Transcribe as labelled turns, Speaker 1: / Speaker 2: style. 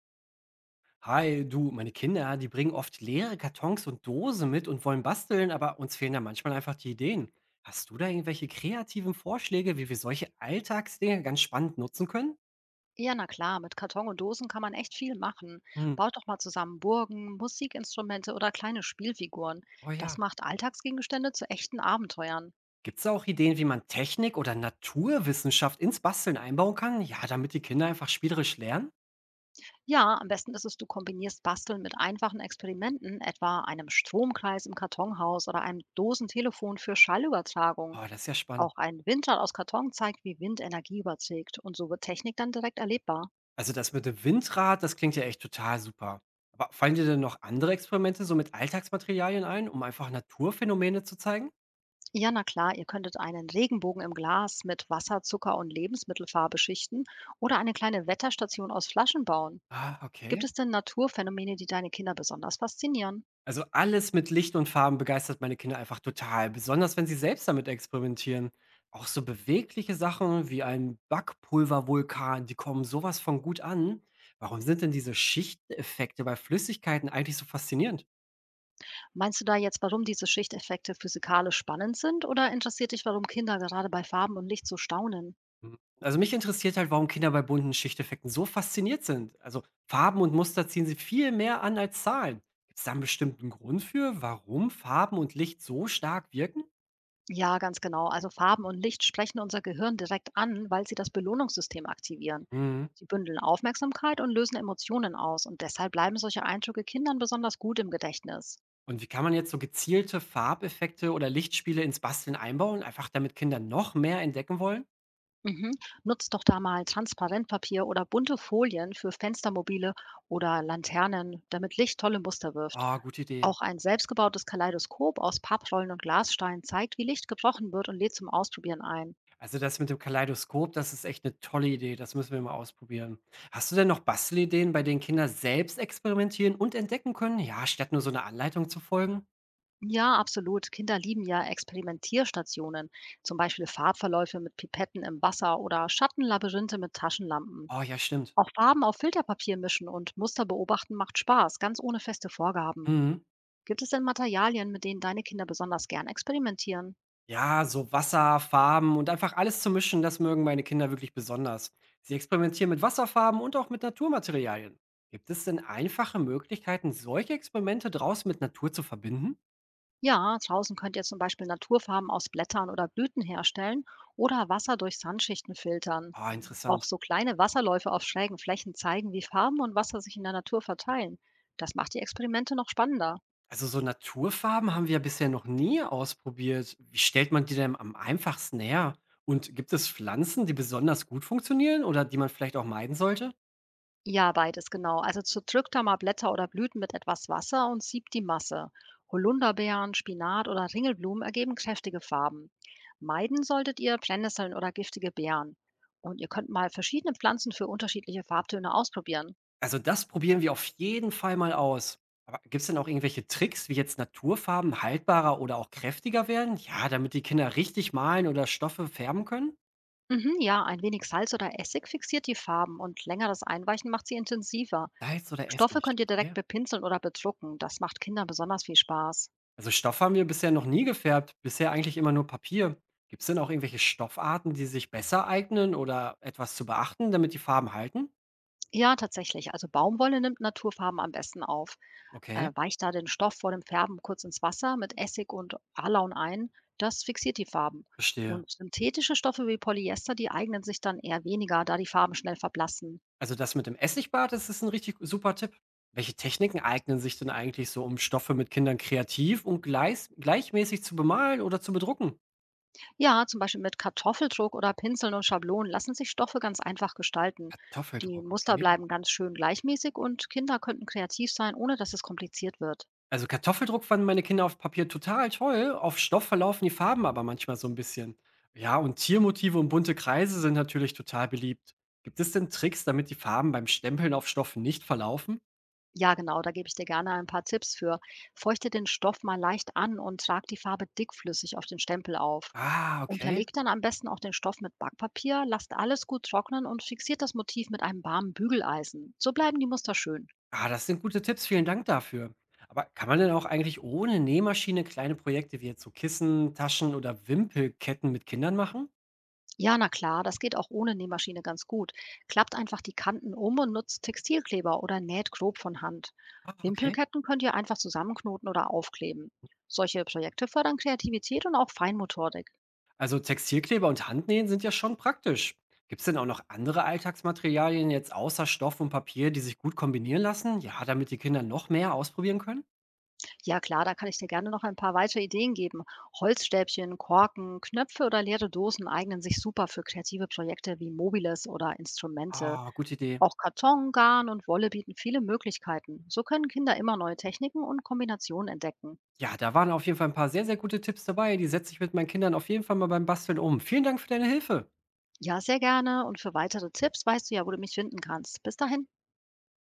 Speaker 1: Hi, du, meine Kinder, die bringen oft leere Kartons und Dosen mit und wollen basteln, aber uns fehlen da manchmal einfach die Ideen. Hast du da irgendwelche kreativen Vorschläge, wie wir solche Alltagsdinge ganz spannend nutzen können?
Speaker 2: Ja, na klar, mit Karton und Dosen kann man echt viel machen.
Speaker 1: Hm.
Speaker 2: Baut doch mal zusammen Burgen, Musikinstrumente oder kleine Spielfiguren.
Speaker 1: Oh
Speaker 2: Das
Speaker 1: ja.
Speaker 2: macht Alltagsgegenstände zu echten Abenteuern.
Speaker 1: Gibt es da auch Ideen, wie man Technik oder Naturwissenschaft ins Basteln einbauen kann? Ja, damit die Kinder einfach spielerisch lernen?
Speaker 2: Ja, am besten ist es, du kombinierst Basteln mit einfachen Experimenten, etwa einem Stromkreis im Kartonhaus oder einem Dosentelefon für Schallübertragung.
Speaker 1: Oh, das ist ja spannend.
Speaker 2: Auch ein Windrad aus Karton zeigt, wie Wind Energie überträgt und so wird Technik dann direkt erlebbar.
Speaker 1: Also das mit dem Windrad, das klingt ja echt total super. Aber fallen dir denn noch andere Experimente so mit Alltagsmaterialien ein, um einfach Naturphänomene zu zeigen?
Speaker 2: Ja, na klar, ihr könntet einen Regenbogen im Glas mit Wasser, Zucker und Lebensmittelfarbe schichten oder eine kleine Wetterstation aus Flaschen bauen.
Speaker 1: Ah,
Speaker 2: Gibt
Speaker 1: okay.
Speaker 2: es denn Naturphänomene, die deine Kinder besonders faszinieren?
Speaker 1: Also, alles mit Licht und Farben begeistert meine Kinder einfach total, besonders wenn sie selbst damit experimentieren. Auch so bewegliche Sachen wie ein Backpulvervulkan, die kommen sowas von gut an. Warum sind denn diese Schichteffekte bei Flüssigkeiten eigentlich so faszinierend?
Speaker 2: Meinst du da jetzt, warum diese Schichteffekte physikalisch spannend sind oder interessiert dich, warum Kinder gerade bei Farben und Licht so staunen?
Speaker 1: Mhm. Also mich interessiert halt, warum Kinder bei bunten Schichteffekten so fasziniert sind. Also Farben und Muster ziehen sie viel mehr an als Zahlen. Gibt es da einen bestimmten Grund für, warum Farben und Licht so stark wirken?
Speaker 2: Ja, ganz genau. Also Farben und Licht sprechen unser Gehirn direkt an, weil sie das Belohnungssystem aktivieren.
Speaker 1: Mhm.
Speaker 2: Sie bündeln Aufmerksamkeit und lösen Emotionen aus und deshalb bleiben solche Eindrücke Kindern besonders gut im Gedächtnis.
Speaker 1: Und wie kann man jetzt so gezielte Farbeffekte oder Lichtspiele ins Basteln einbauen, einfach damit Kinder noch mehr entdecken wollen?
Speaker 2: Mhm. Nutzt doch da mal Transparentpapier oder bunte Folien für Fenstermobile oder Laternen, damit Licht tolle Muster wirft.
Speaker 1: Ah, gute Idee.
Speaker 2: Auch ein selbstgebautes Kaleidoskop aus Papprollen und Glassteinen zeigt, wie Licht gebrochen wird und lädt zum Ausprobieren ein.
Speaker 1: Also das mit dem Kaleidoskop, das ist echt eine tolle Idee, das müssen wir mal ausprobieren. Hast du denn noch Bastelideen, bei denen Kinder selbst experimentieren und entdecken können? Ja, statt nur so 'ner Anleitung zu folgen?
Speaker 2: Ja, absolut. Kinder lieben ja Experimentierstationen, zum Beispiel Farbverläufe mit Pipetten im Wasser oder Schattenlabyrinthe mit Taschenlampen.
Speaker 1: Oh ja, stimmt.
Speaker 2: Auch Farben auf Filterpapier mischen und Muster beobachten macht Spaß, ganz ohne feste Vorgaben.
Speaker 1: Mhm.
Speaker 2: Gibt es denn Materialien, mit denen deine Kinder besonders gern experimentieren?
Speaker 1: Ja, so Wasser, Farben und einfach alles zu mischen, das mögen meine Kinder wirklich besonders. Sie experimentieren mit Wasserfarben und auch mit Naturmaterialien. Gibt es denn einfache Möglichkeiten, solche Experimente draußen mit Natur zu verbinden?
Speaker 2: Ja, draußen könnt ihr zum Beispiel Naturfarben aus Blättern oder Blüten herstellen oder Wasser durch Sandschichten filtern.
Speaker 1: Ah,
Speaker 2: Auch
Speaker 1: interessant.
Speaker 2: so kleine Wasserläufe auf schrägen Flächen zeigen, wie Farben und Wasser sich in der Natur verteilen. Das macht die Experimente noch spannender.
Speaker 1: Also so Naturfarben haben wir ja bisher noch nie ausprobiert. Wie stellt man die denn am einfachsten her? Und gibt es Pflanzen, die besonders gut funktionieren oder die man vielleicht auch meiden sollte?
Speaker 2: Ja, beides genau. Also zerdrückt da mal Blätter oder Blüten mit etwas Wasser und siebt die Masse. Holunderbeeren, Spinat oder Ringelblumen ergeben kräftige Farben. Meiden solltet ihr Brennnesseln oder giftige Beeren. Und ihr könnt mal verschiedene Pflanzen für unterschiedliche Farbtöne ausprobieren.
Speaker 1: Also, das probieren wir auf jeden Fall mal aus. Aber gibt es denn auch irgendwelche Tricks, wie jetzt Naturfarben haltbarer oder auch kräftiger werden? Ja, damit die Kinder richtig malen oder Stoffe färben können?
Speaker 2: Mhm, ja, ein wenig Salz oder Essig fixiert die Farben und längeres Einweichen macht sie intensiver.
Speaker 1: Salz oder
Speaker 2: Stoffe
Speaker 1: Essig?
Speaker 2: könnt ihr direkt
Speaker 1: Okay.
Speaker 2: bepinseln oder bedrucken. Das macht Kindern besonders viel Spaß.
Speaker 1: Also Stoff haben wir bisher noch nie gefärbt, bisher eigentlich immer nur Papier. Gibt es denn auch irgendwelche Stoffarten, die sich besser eignen oder etwas zu beachten, damit die Farben halten?
Speaker 2: Ja, tatsächlich. Also Baumwolle nimmt Naturfarben am besten auf.
Speaker 1: Okay,
Speaker 2: Weicht da den Stoff vor dem Färben kurz ins Wasser mit Essig und Alaun ein, das fixiert die Farben.
Speaker 1: verstehe.
Speaker 2: Und synthetische Stoffe wie Polyester, die eignen sich dann eher weniger, da die Farben schnell verblassen.
Speaker 1: Also, das mit dem Essigbad, das ist ein richtig super Tipp. Welche Techniken eignen sich denn eigentlich so, um Stoffe mit Kindern kreativ und gleis gleichmäßig zu bemalen oder zu bedrucken?
Speaker 2: Ja, zum Beispiel mit Kartoffeldruck oder Pinseln und Schablonen lassen sich Stoffe ganz einfach gestalten. Die
Speaker 1: Kartoffeldruck,
Speaker 2: Muster
Speaker 1: okay.
Speaker 2: bleiben ganz schön gleichmäßig und Kinder könnten kreativ sein, ohne dass es kompliziert wird.
Speaker 1: Also, Kartoffeldruck fanden meine Kinder auf Papier total toll, auf Stoff verlaufen die Farben aber manchmal so ein bisschen. Ja, und Tiermotive und bunte Kreise sind natürlich total beliebt. Gibt es denn Tricks, damit die Farben beim Stempeln auf Stoff nicht verlaufen?
Speaker 2: Ja, genau, da gebe ich dir gerne ein paar Tipps für. Feuchte den Stoff mal leicht an und trag die Farbe dickflüssig auf den Stempel auf.
Speaker 1: Ah, okay.
Speaker 2: Unterlegt dann am besten auch den Stoff mit Backpapier, lasst alles gut trocknen und fixiert das Motiv mit einem warmen Bügeleisen. So bleiben die Muster schön.
Speaker 1: Ah, das sind gute Tipps, vielen Dank dafür. Aber kann man denn auch eigentlich ohne Nähmaschine kleine Projekte wie jetzt so Kissen, Taschen oder Wimpelketten mit Kindern machen?
Speaker 2: Ja, na klar, das geht auch ohne Nähmaschine ganz gut. Klappt einfach die Kanten um und nutzt Textilkleber oder näht grob von Hand.
Speaker 1: Ah, okay.
Speaker 2: Wimpelketten könnt ihr einfach zusammenknoten oder aufkleben. Solche Projekte fördern Kreativität und auch Feinmotorik.
Speaker 1: Also Textilkleber und Handnähen sind ja schon praktisch. Gibt es denn auch noch andere Alltagsmaterialien jetzt außer Stoff und Papier, die sich gut kombinieren lassen? Ja, damit die Kinder noch mehr ausprobieren können?
Speaker 2: Ja klar, da kann ich dir gerne noch ein paar weitere Ideen geben. Holzstäbchen, Korken, Knöpfe oder leere Dosen eignen sich super für kreative Projekte wie Mobiles oder Instrumente.
Speaker 1: Ah, gute Idee.
Speaker 2: Auch Karton, Garn und Wolle bieten viele Möglichkeiten. So können Kinder immer neue Techniken und Kombinationen entdecken.
Speaker 1: Ja, da waren auf jeden Fall ein paar sehr, sehr gute Tipps dabei. Die setze ich mit meinen Kindern auf jeden Fall mal beim Basteln um. Vielen Dank für deine Hilfe.
Speaker 2: Ja, sehr gerne. Und für weitere Tipps weißt du ja, wo du mich finden kannst. Bis dahin.